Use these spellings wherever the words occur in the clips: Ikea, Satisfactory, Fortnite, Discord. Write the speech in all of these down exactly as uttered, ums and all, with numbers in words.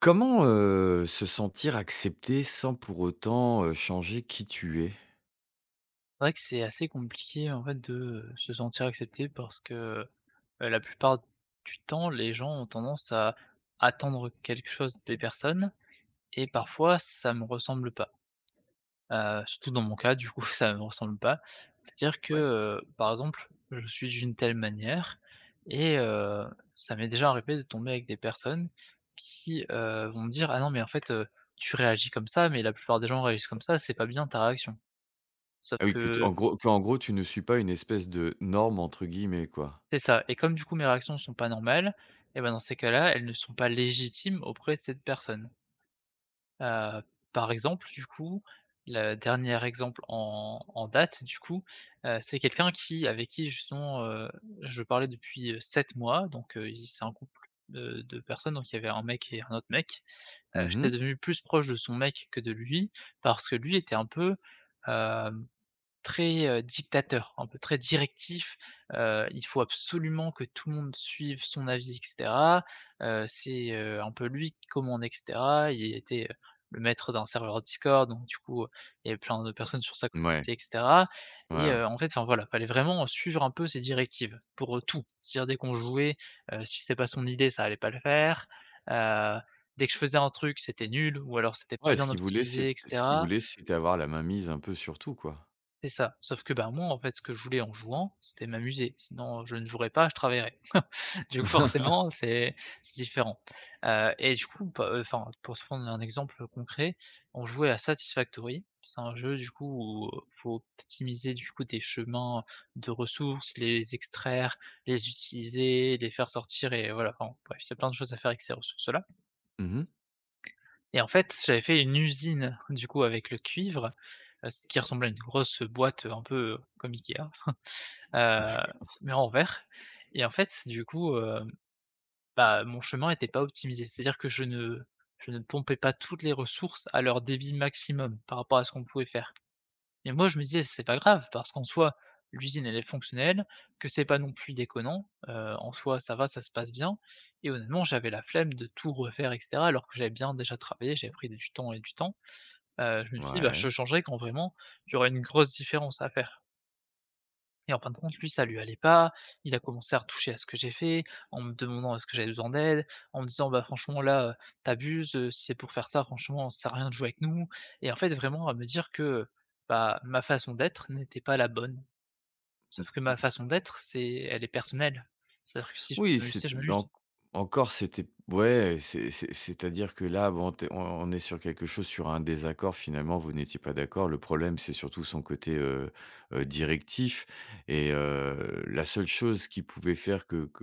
Comment, heu, se sentir accepté sans pour autant, heu, changer qui tu es? C'est vrai que c'est assez compliqué en fait de, heu, se sentir accepté parce que, heu, la plupart du temps, les gens ont tendance à attendre quelque chose des personnes et parfois ça me ressemble pas. Heu, surtout dans mon cas du coup ça me ressemble pas. C'est-à-dire que, Ouais. heu, par exemple, je suis d'une telle manière et heu, ça m'est déjà arrivé de tomber avec des personnes qui, heu, vont me dire: «Ah non mais en fait, heu, tu réagis comme ça, mais la plupart des gens réagissent comme ça, c'est pas bien ta réaction». Sauf Ah oui, que tu que en gros que en gros tu ne suis pas une espèce de «norme» entre guillemets quoi? c'est ça, et comme du coup mes réactions ne sont pas normales, et ben dans ces cas-là, elles ne sont pas légitimes auprès de cette personne. Heu, par exemple, du coup, le dernier exemple en en date, du coup, heu, c'est quelqu'un qui avec qui justement, heu, je parlais depuis, heu, sept mois, donc heu, il c'est un couple de de personnes, donc il y avait un mec et un autre mec. Heu, Mhm. j'étais Mh. devenu plus proche de son mec que de lui parce que lui était un peu, hem très, heu, dictateur, un peu très directif, heu, il faut absolument que tout le monde suive son avis et cetera. Heu, c'est, heu, un peu lui qui commande et cetera. Il était, heu, le maître d'un serveur Discord, donc du coup, il y avait plein de personnes sur sa communauté et cetera Ouais, et ouais. heu, en fait, enfin voilà, fallait vraiment suivre un peu ses directives pour, heu, tout. C'est-à-dire dès qu'on jouait, heu, si c'était pas son idée, ça allait pas le faire. Heu, dès que je faisais un truc, c'était nul ou alors c'était pas Ouais, ce bien qu'il voulait optimisé c'est et Ce qu'il cetera. voulait c'était avoir la main mise un peu sur tout quoi. C'est ça, sauf que, ben, moi, en fait, ce que je voulais en jouant, c'était m'amuser. Sinon, je ne jouerais pas, je travaillerais. Du coup, forcément, c'est c'est différent, heu et du coup, bah, heu, enfin, pour se prendre un exemple concret, on jouait à Satisfactory. C'est un jeu, du coup, où faut optimiser, du coup, tes chemins de ressources, les extraire, les utiliser, les faire sortir et voilà, enfin, bref, il y a plein de choses à faire avec ces ressources-là. Mhm. Mh. Et en fait, j'avais fait une usine, du coup, avec le cuivre, heu, ce qui ressemblait à une grosse boîte, un peu, euh, comme Ikea. Heu, mais en vert. Et en fait, du coup, heu, bah, mon chemin était pas optimisé. C'est-à-dire que je ne je ne pompais pas toutes les ressources à leur débit maximum par rapport à ce qu'on pouvait faire, et moi, je me disais: «C'est pas grave», parce qu'en soi, l'usine, elle est fonctionnelle, que c'est pas non plus déconnant, heu, en soi, ça va, ça se passe bien, et honnêtement, j'avais la flemme de tout refaire et cetera alors que j'avais bien déjà travaillé, j'avais pris du temps et du temps. Heu, je me suis dit: «Bah, je Ouais. changerai quand vraiment il y aura une grosse différence à faire». Et en fin de compte, lui, ça lui allait pas. Il a commencé à retoucher à ce que j'ai fait, en me demandant est-ce que j'avais besoin d'aide, en me disant: «Bah, franchement, là, heu, tu abuses, si c'est pour faire ça, franchement, ça sert à rien de jouer avec nous», et en fait, vraiment à me dire que, bah, ma façon d'être n'était pas la bonne. Mmh. Sauf que ma façon d'être, c'est elle est personnelle. C'est-à-dire que si je veux Oui, c'est m'amuser, je m'amuse. en encore c'était ouais, c'est c'est c'est-à-dire que là, bon, tu on on est sur quelque chose, sur un désaccord finalement, vous n'étiez pas d'accord. Le problème, c'est surtout son côté, heu heu, directif, et heu, la seule chose qui pouvait faire que que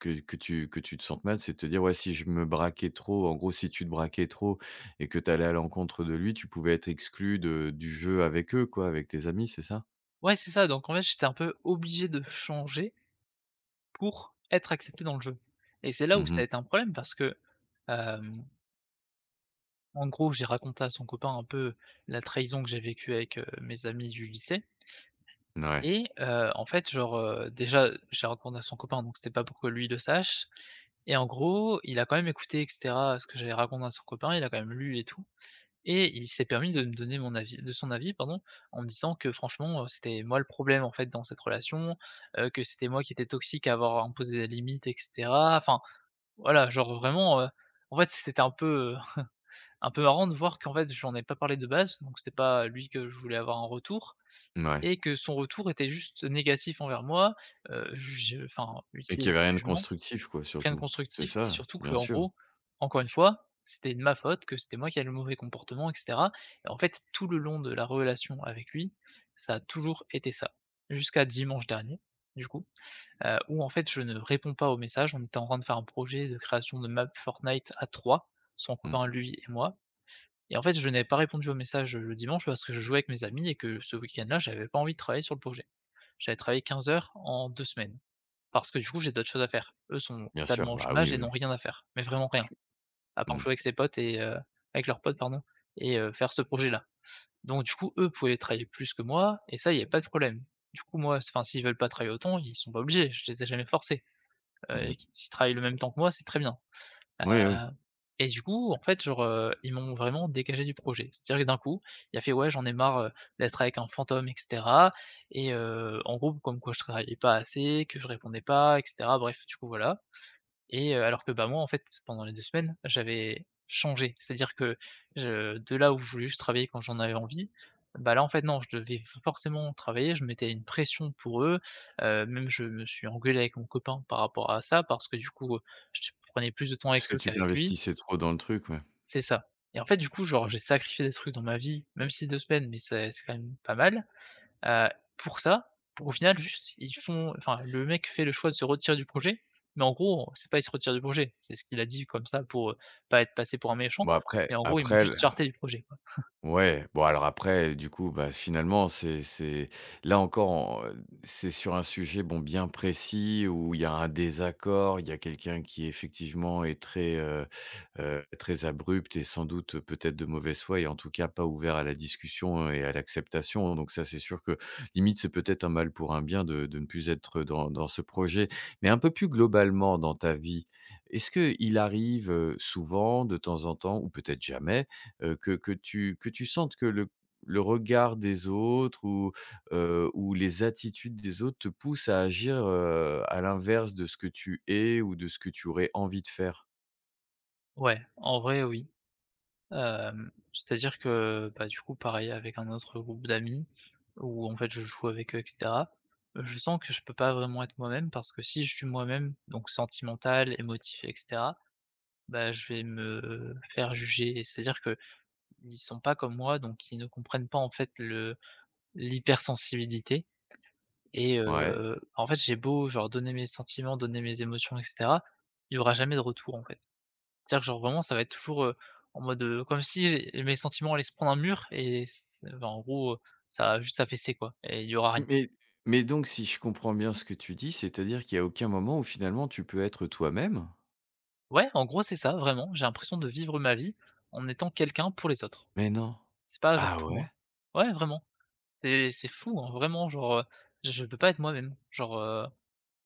que que tu que tu te sentes mal, c'est de te dire: «Ouais, si je me braquais trop», en gros, si tu te braquais trop et que tu allais à l'encontre de lui, tu pouvais être exclu de du jeu avec eux quoi, avec tes amis, c'est ça? Ouais, c'est ça, donc en fait, j'étais un peu obligé de changer pour être accepté dans le jeu, et c'est là où Mmh ça a mh. été un problème parce que, hem en gros, j'ai raconté à son copain un peu la trahison que j'ai vécue avec, heu, mes amis du lycée, Ouais, ouais. et heu, en fait, genre, heu, déjà, j'ai raconté à son copain, donc c'était pas pour que lui le sache, et en gros, il a quand même écouté et cetera, ce que j'avais raconté à son copain, il a quand même lu et tout, et il s'est permis de me donner mon avis de son avis, pardon, en me disant que franchement, heu, c'était moi le problème, en fait, dans cette relation, heu, que c'était moi qui étais toxique à avoir imposé des limites et cetera. Enfin, voilà, genre, vraiment, heu, en fait, c'était un peu, un peu marrant de voir qu'en fait, j'en ai pas parlé de base, donc c'était pas lui que je voulais avoir en retour, et que son retour était juste négatif envers moi, heu, je enfin, Et qu'il utiliser y avait du rien de jugement, constructif quoi rien de surtout. C'est constructif, et ça, surtout bien qu'en sûr. gros, encore une fois, c'était de ma faute, que c'était moi qui avais le mauvais comportement et cetera. Et en fait, tout le long de la relation avec lui, ça a toujours été ça. Jusqu'à dimanche dernier, du coup, heu, où en fait, je ne réponds pas aux messages. On était en train de faire un projet de création de map Fortnite à trois, son copain, Mmh, lui et moi, et en fait, je n'avais pas répondu au message, le dimanche parce que je jouais avec mes amis et que ce week-end-là, j'avais pas envie de travailler sur le projet. J'avais travaillé quinze heures en deux semaines parce que du coup, j'ai d'autres choses à faire. Eux sont bien sûr, totalement au bah, chômage oui, et oui. n'ont rien à faire, mais vraiment rien, Je à part mmh, jouer avec ses potes et heu, avec leurs potes, pardon, et heu, faire ce projet-là. Donc du coup, eux pouvaient travailler plus que moi, et ça, il n'y a pas de problème. Du coup, moi, enfin, s'ils veulent pas travailler autant, ils sont pas obligés, je les ai jamais forcés. Heu, mmh. s'ils travaillent le même temps que moi, c'est très bien. Oui, oui, Heu et du coup, en fait, genre, heu, ils m'ont vraiment dégagé du projet. C'est-à-dire que d'un coup, il a fait: «Ouais, j'en ai marre, heu, d'être avec un fantôme et cetera», et heu, en gros, comme quoi je travaillais pas assez, que je répondais pas et cetera. Bref, du coup, voilà, et heu, alors que, bah, moi, en fait, pendant les deux semaines, j'avais changé. C'est-à-dire que je de là où je voulais juste travailler quand j'en avais envie, bah, là, en fait, non, je devais forcément travailler. Je mettais une pression pour eux, heu, même je me suis engueulé avec mon copain par rapport à ça parce que, du coup, je prenais plus de temps parce avec que eux tu qu'avec lui. t'investissais trop dans le truc, ouais. C'est ça. Et en fait, du coup, genre, j'ai sacrifié des trucs dans ma vie, même si c'est deux semaines, mais c'est c'est quand même pas mal, heu, pour ça, pour au final, juste, ils font enfin, le mec fait le choix de se retirer du projet, mais en gros, c'est pas il se retire du projet, c'est ce qu'il a dit comme ça pour, heu, pas être passé pour un méchant. Bon après Mais en gros, ils m'ont après juste jarté du projet, quoi. Ouais, bon, alors après, du coup, bah, finalement, c'est c'est là encore, en- euh, c'est sur un sujet bon bien précis où il y a un désaccord, il y a quelqu'un qui effectivement est très euh, euh, très abrupt et sans doute euh, peut-être de mauvaise foi et en tout cas pas ouvert à la discussion et à l'acceptation. Donc ça, c'est sûr que limite, c'est peut-être un mal pour un bien de, de ne plus être dans, dans ce projet. Mais un peu plus globalement dans ta vie, est-ce que il arrive euh, souvent, de temps en temps, ou peut-être jamais, heu, que que tu que tu sentes que le le regard des autres ou, heu, ou les attitudes des autres te poussent à agir, heu, à l'inverse de ce que tu es ou de ce que tu aurais envie de faire? Ouais, en vrai, oui. Hem, c'est-à-dire que, bah, du coup, pareil avec un autre groupe d'amis où en fait je joue avec eux et cetera, heu, je sens que je peux pas vraiment être moi-même parce que si je suis moi-même, donc sentimental, émotif et cetera, bah, je vais me faire juger, et c'est-à-dire qu'ils sont pas comme moi, donc ils ne comprennent pas en fait le l'hypersensibilité. Et Ouais. heu, en fait j'ai beau genre donner mes sentiments, donner mes émotions et cetera, il y aura jamais de retour en fait. C'est-à-dire que genre vraiment ça va être toujours, heu, en mode, heu, comme si j'ai mes sentiments allaient se prendre un mur et c bah, en gros, heu, ça va juste s'affaisser quoi et il y aura rien. Mais mais donc si je comprends bien ce que tu dis, c'est-à-dire qu'il y a aucun moment où finalement tu peux être toi-même? Ouais, en gros c'est ça vraiment, j'ai l'impression de vivre ma vie en étant quelqu'un pour les autres. Mais non. C'est pas genre Ah pour ouais? moi. Ouais vraiment, c'est c'est fou, hein, vraiment genre, heu, je je peux pas être moi-même. Genre, heu,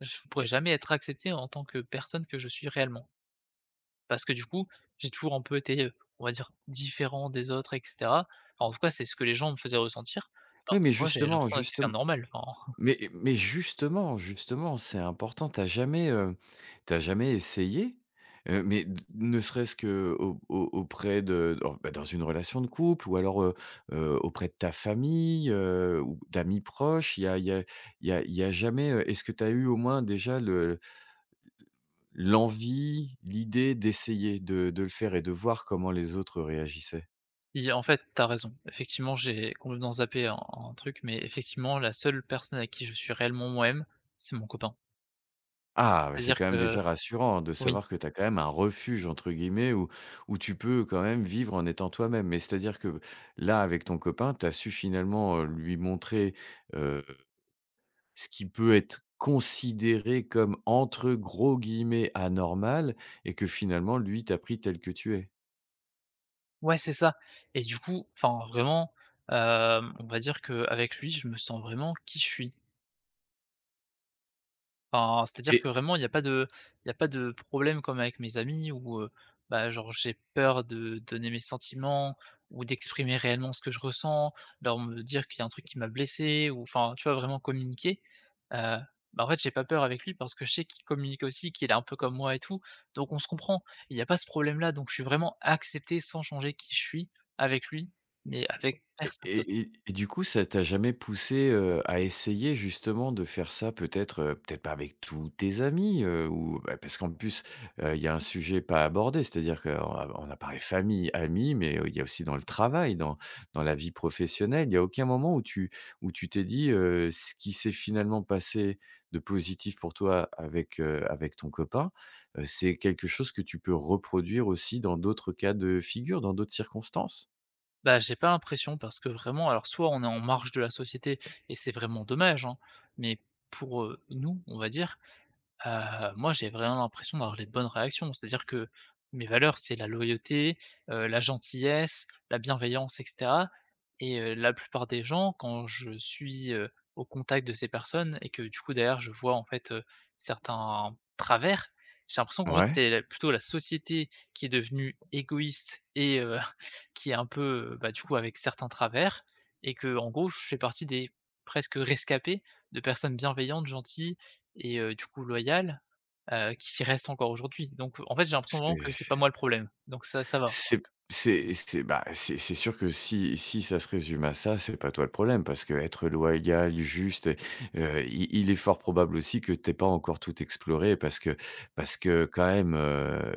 je pourrais jamais être accepté en tant que personne que je suis réellement. Parce que du coup, j'ai toujours un peu été, heu, on va dire différent des autres et cetera. Enfin, en tout cas, c'est ce que les gens me faisaient ressentir, alors Oui, mais que moi, j'ai justement l'impression d'être quelqu'un de justement normal, enfin, Mais mais justement, justement, c'est important. T'as jamais, heu, tu jamais essayé? Heu, mais d Ne serait-ce que au au auprès de, dans bah, dans une relation de couple ou alors, heu heu, auprès de ta famille, heu, ou d'amis proches, il y a il y a il y a il y a jamais, heu est-ce que t'as eu au moins déjà le l'envie, l'idée d'essayer de de le faire et de voir comment les autres réagissaient? si en fait, t'as raison. Effectivement, j'ai complètement zappé un un truc, mais effectivement, la seule personne à qui je suis réellement moi-même, c'est mon copain. Ah, ouais, c'est C'est-à-dire quand même que déjà rassurant de oui, savoir que tu as quand même un «refuge» entre guillemets où où tu peux quand même vivre en étant toi-même. Mais c'est-à-dire que là, avec ton copain, tu as su finalement, heu, lui montrer, heu, ce qui peut être considéré comme entre gros guillemets «anormal» et que finalement lui t'a pris tel que tu es. ouais, c'est ça. Et du coup, enfin, vraiment, hem, on va dire qu'avec lui, je me sens vraiment qui je suis. Enfin, c'est-à-dire que Et vraiment il y a pas de il y a pas de problème comme avec mes amis où, heu, bah, genre j'ai peur de donner mes sentiments ou d'exprimer réellement ce que je ressens, leur me dire qu'il y a un truc qui m'a blessé ou enfin, tu vois? Vraiment communiquer. Heu, bah, En fait j'ai pas peur avec lui parce que je sais qu'il communique aussi, qu'il est un peu comme moi et tout, donc on se comprend. Il y a pas ce problème là, donc je suis vraiment accepté sans changer qui je suis avec lui, mais avec Et personne. et et et du coup, ça t'a jamais poussé, heu, à essayer justement de faire ça peut-être, heu, peut-être pas avec tous tes amis, heu, ou bah, parce qu'en plus, heu, il y a un sujet pas abordé, c'est-à-dire qu'on a on a famille, amis, mais, heu, il y a aussi dans le travail, dans dans la vie professionnelle, il y a aucun moment où tu où tu t'es dit, heu, ce qui s'est finalement passé de positif pour toi avec, heu, avec ton copain, heu, c'est quelque chose que tu peux reproduire aussi dans d'autres cas de figure, dans d'autres circonstances? Bah, j'ai pas l'impression parce que vraiment alors soit on est en marge de la société et c'est vraiment dommage, hein, mais pour, heu, nous, on va dire. Heu, moi, j'ai vraiment l'impression d'avoir les bonnes réactions. C'est-à-dire que mes valeurs, c'est la loyauté, heu, la gentillesse, la bienveillance et cetera, et heu, la plupart des gens, quand je suis, heu, au contact de ces personnes et que du coup derrière je vois en fait, heu, certains travers, j'ai l'impression qu'en fait Ouais, c'est la plutôt la société qui est devenue égoïste et heu, qui est un peu, heu, bah, du coup avec certains travers, et que en gros je fais partie des presque rescapés de personnes bienveillantes, gentilles et heu, du coup loyal, heu, qui reste encore aujourd'hui. Donc en fait, j'ai l'impression vraiment que c'est pas moi le problème. Donc ça ça va. C'est c'est c'est bah, c'est c'est sûr que si si ça se résume à ça, c'est pas toi le problème parce qu'être loyal, juste, et heu, il il est fort probable aussi que t'aies pas encore tout exploré parce que parce que quand même, euh,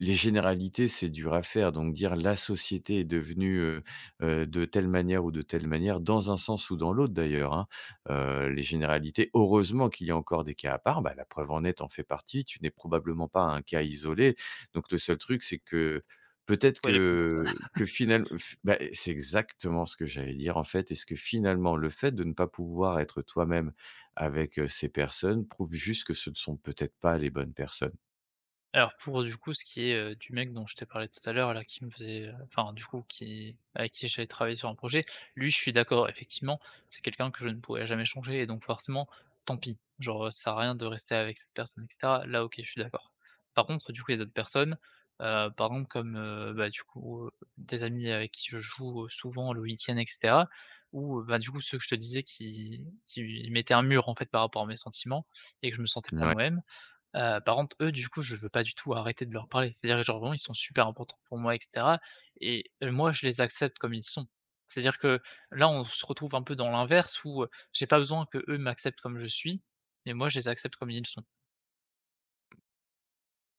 les généralités, c'est dur à faire, donc dire la société est devenue, heu heu, de telle manière ou de telle manière, dans un sens ou dans l'autre d'ailleurs, hein. Heu, les généralités, heureusement qu'il y a encore des cas à part, bah, la preuve en est, en fait, partie, tu n'es probablement pas un cas isolé. Donc le seul truc, c'est que Faut peut-être trouver les bonnes personnes. que que finalement, c'est exactement ce que j'allais dire en fait. Est-ce que finalement le fait de ne pas pouvoir être toi-même avec, heu, ces personnes prouve juste que ce ne sont peut-être pas les bonnes personnes? Alors pour, du coup, ce qui est, heu, du mec dont je t'ai parlé tout à l'heure là qui me faisait, heu, enfin du coup qui avec qui j'allais travailler sur un projet, lui je suis d'accord effectivement, c'est quelqu'un que je ne pourrais jamais changer et donc forcément, tant pis. Genre, heu, ça sert à rien de rester avec cette personne et cetera. Là OK, je suis d'accord. Par contre, du coup, il y a d'autres personnes, heu, par exemple comme, heu, bah, du coup, heu, des amis avec qui je joue, heu, souvent le week-end et cetera, où, heu, bah, du coup ceux que je te disais qui qui mettaient un mur en fait par rapport à mes sentiments et que je me sentais pas Mouais. moi-même. Heu, par contre, eux, du coup, je veux pas du tout arrêter de leur parler. C'est-à-dire que genre vraiment, ils sont super importants pour moi et cetera, et euh, moi, je les accepte comme ils sont. C'est-à-dire que là, on se retrouve un peu dans l'inverse où, heu, j'ai pas besoin que eux m'acceptent comme je suis, mais moi, je les accepte comme ils sont.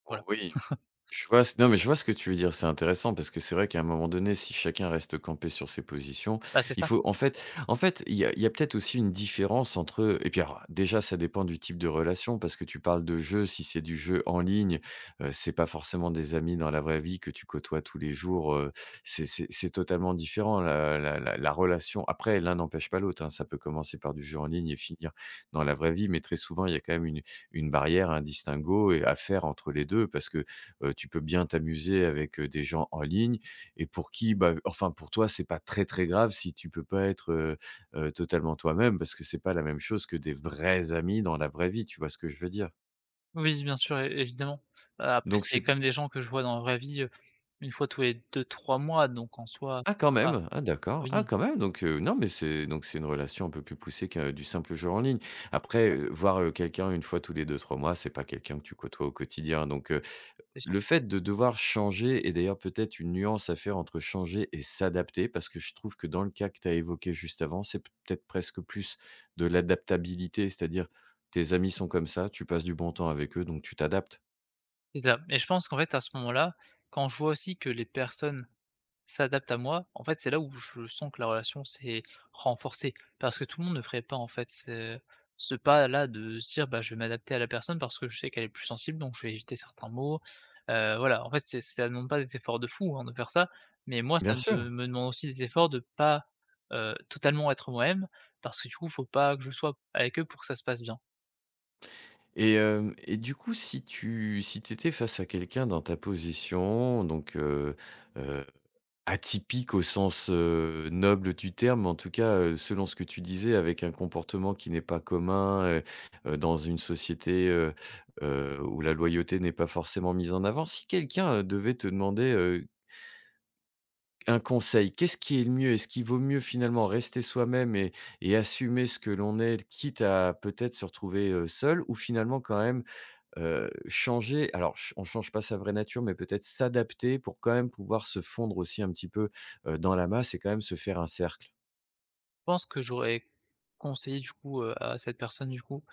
Voilà. Oui, je vois ce non, mais je vois ce que tu veux dire, c'est intéressant parce que c'est vrai qu'à un moment donné, si chacun reste campé sur ses positions, Bah, c'est il ça. faut en fait en fait, il y a il y a peut-être aussi une différence entre, et puis alors déjà ça dépend du type de relation parce que tu parles de jeu, si c'est du jeu en ligne, heu, c'est pas forcément des amis dans la vraie vie que tu côtoies tous les jours, heu, c'est c'est c'est totalement différent la la la la relation. Après l'un n'empêche pas l'autre, hein, ça peut commencer par du jeu en ligne et finir dans la vraie vie, mais très souvent il y a quand même une une barrière, un distinguo et à faire entre les deux parce que, heu, tu peux bien t'amuser avec, heu, des gens en ligne et pour qui, bah, enfin, pour toi, c'est pas très, très grave si tu peux pas être, heu heu, totalement toi-même parce que c'est pas la même chose que des vrais amis dans la vraie vie, tu vois ce que je veux dire? Oui, bien sûr, é évidemment. Heu, après, Donc c'est c'est quand même des gens que je vois dans la vraie vie, heu, une fois tous les deux, trois mois, donc en soi, ah quand ça va. même! Ah d'accord, ah Oui, quand même, donc heu, non mais c'est donc c'est une relation un peu plus poussée que du simple jeu en ligne. Après, heu, voir, heu, quelqu'un une fois tous les deux trois mois, c'est pas quelqu'un que tu côtoies au quotidien donc heu, c'est le sûr. fait de devoir changer, et d'ailleurs peut-être une nuance à faire entre changer et s'adapter, parce que je trouve que dans le cas que tu as évoqué juste avant, c'est peut-être presque plus de l'adaptabilité, c'est-à-dire tes amis sont comme ça, tu passes du bon temps avec eux, donc tu t'adaptes. C'est ça et je pense qu'en fait, à ce moment-là, quand je vois aussi que les personnes s'adapte à moi, en fait, c'est là où je sens que la relation s'est renforcée. Parce que tout le monde ne ferait pas, en fait, ce ce pas-là de se dire: «Bah, je vais m'adapter à la personne parce que je sais qu'elle est plus sensible, donc je vais éviter certains mots». Heu, voilà, en fait, c'est ça ne demande pas des efforts de fou, hein, de faire ça, mais moi, ça Bien sûr. de me demande aussi des efforts de pas, heu, totalement être moi-même, parce que du coup, faut pas que je sois avec eux pour que ça se passe bien. Et, hem, et du coup, si tu si tu étais face à quelqu'un dans ta position, donc heu atypique au sens, heu, noble du terme, en tout cas, heu, selon ce que tu disais, avec un comportement qui n'est pas commun, heu heu, dans une société, heu heu, où la loyauté n'est pas forcément mise en avant. Si quelqu'un, heu, devait te demander, heu, un conseil, qu'est-ce qui est le mieux? Est-ce qu'il vaut mieux finalement rester soi-même et et assumer ce que l'on est, quitte à peut-être se retrouver, heu, seul, ou finalement quand même Heu, changer, alors ch on change pas sa vraie nature, mais peut-être s'adapter pour quand même pouvoir se fondre aussi un petit peu, heu, dans la masse et quand même se faire un cercle. Je pense que j'aurais conseillé, du coup, heu, à cette personne, du coup,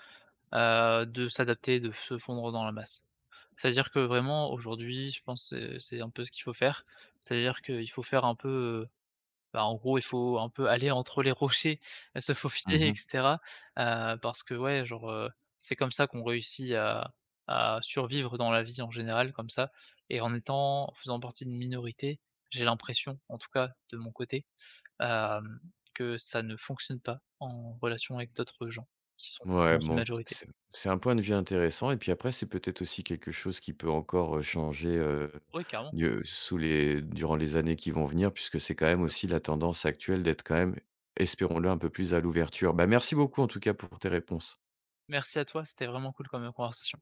heu, de s'adapter, de se fondre dans la masse. C'est-à-dire que vraiment aujourd'hui, je pense, que c'est c'est un peu ce qu'il faut faire. C'est-à-dire qu'il faut faire un peu, heu, bah, en gros, il faut un peu aller entre les rochers, euh, se faufiler et Mmh. cetera, heu, parce que ouais, genre, heu, c'est comme ça qu'on réussit à à survivre dans la vie en général comme ça et en étant en faisant partie d'une minorité, j'ai l'impression, en tout cas de mon côté, hem, que ça ne fonctionne pas en relation avec d'autres gens qui sont Ouais, dans une bon, majorité. c'est c'est un point de vue intéressant et puis après, c'est peut-être aussi quelque chose qui peut encore, heu, changer, heu, Oui, carrément. du sous les durant les années qui vont venir puisque c'est quand même aussi la tendance actuelle d'être quand même, espérons-le, un peu plus à l'ouverture. Bah, merci beaucoup en tout cas pour tes réponses. Merci à toi, c'était vraiment cool comme conversation.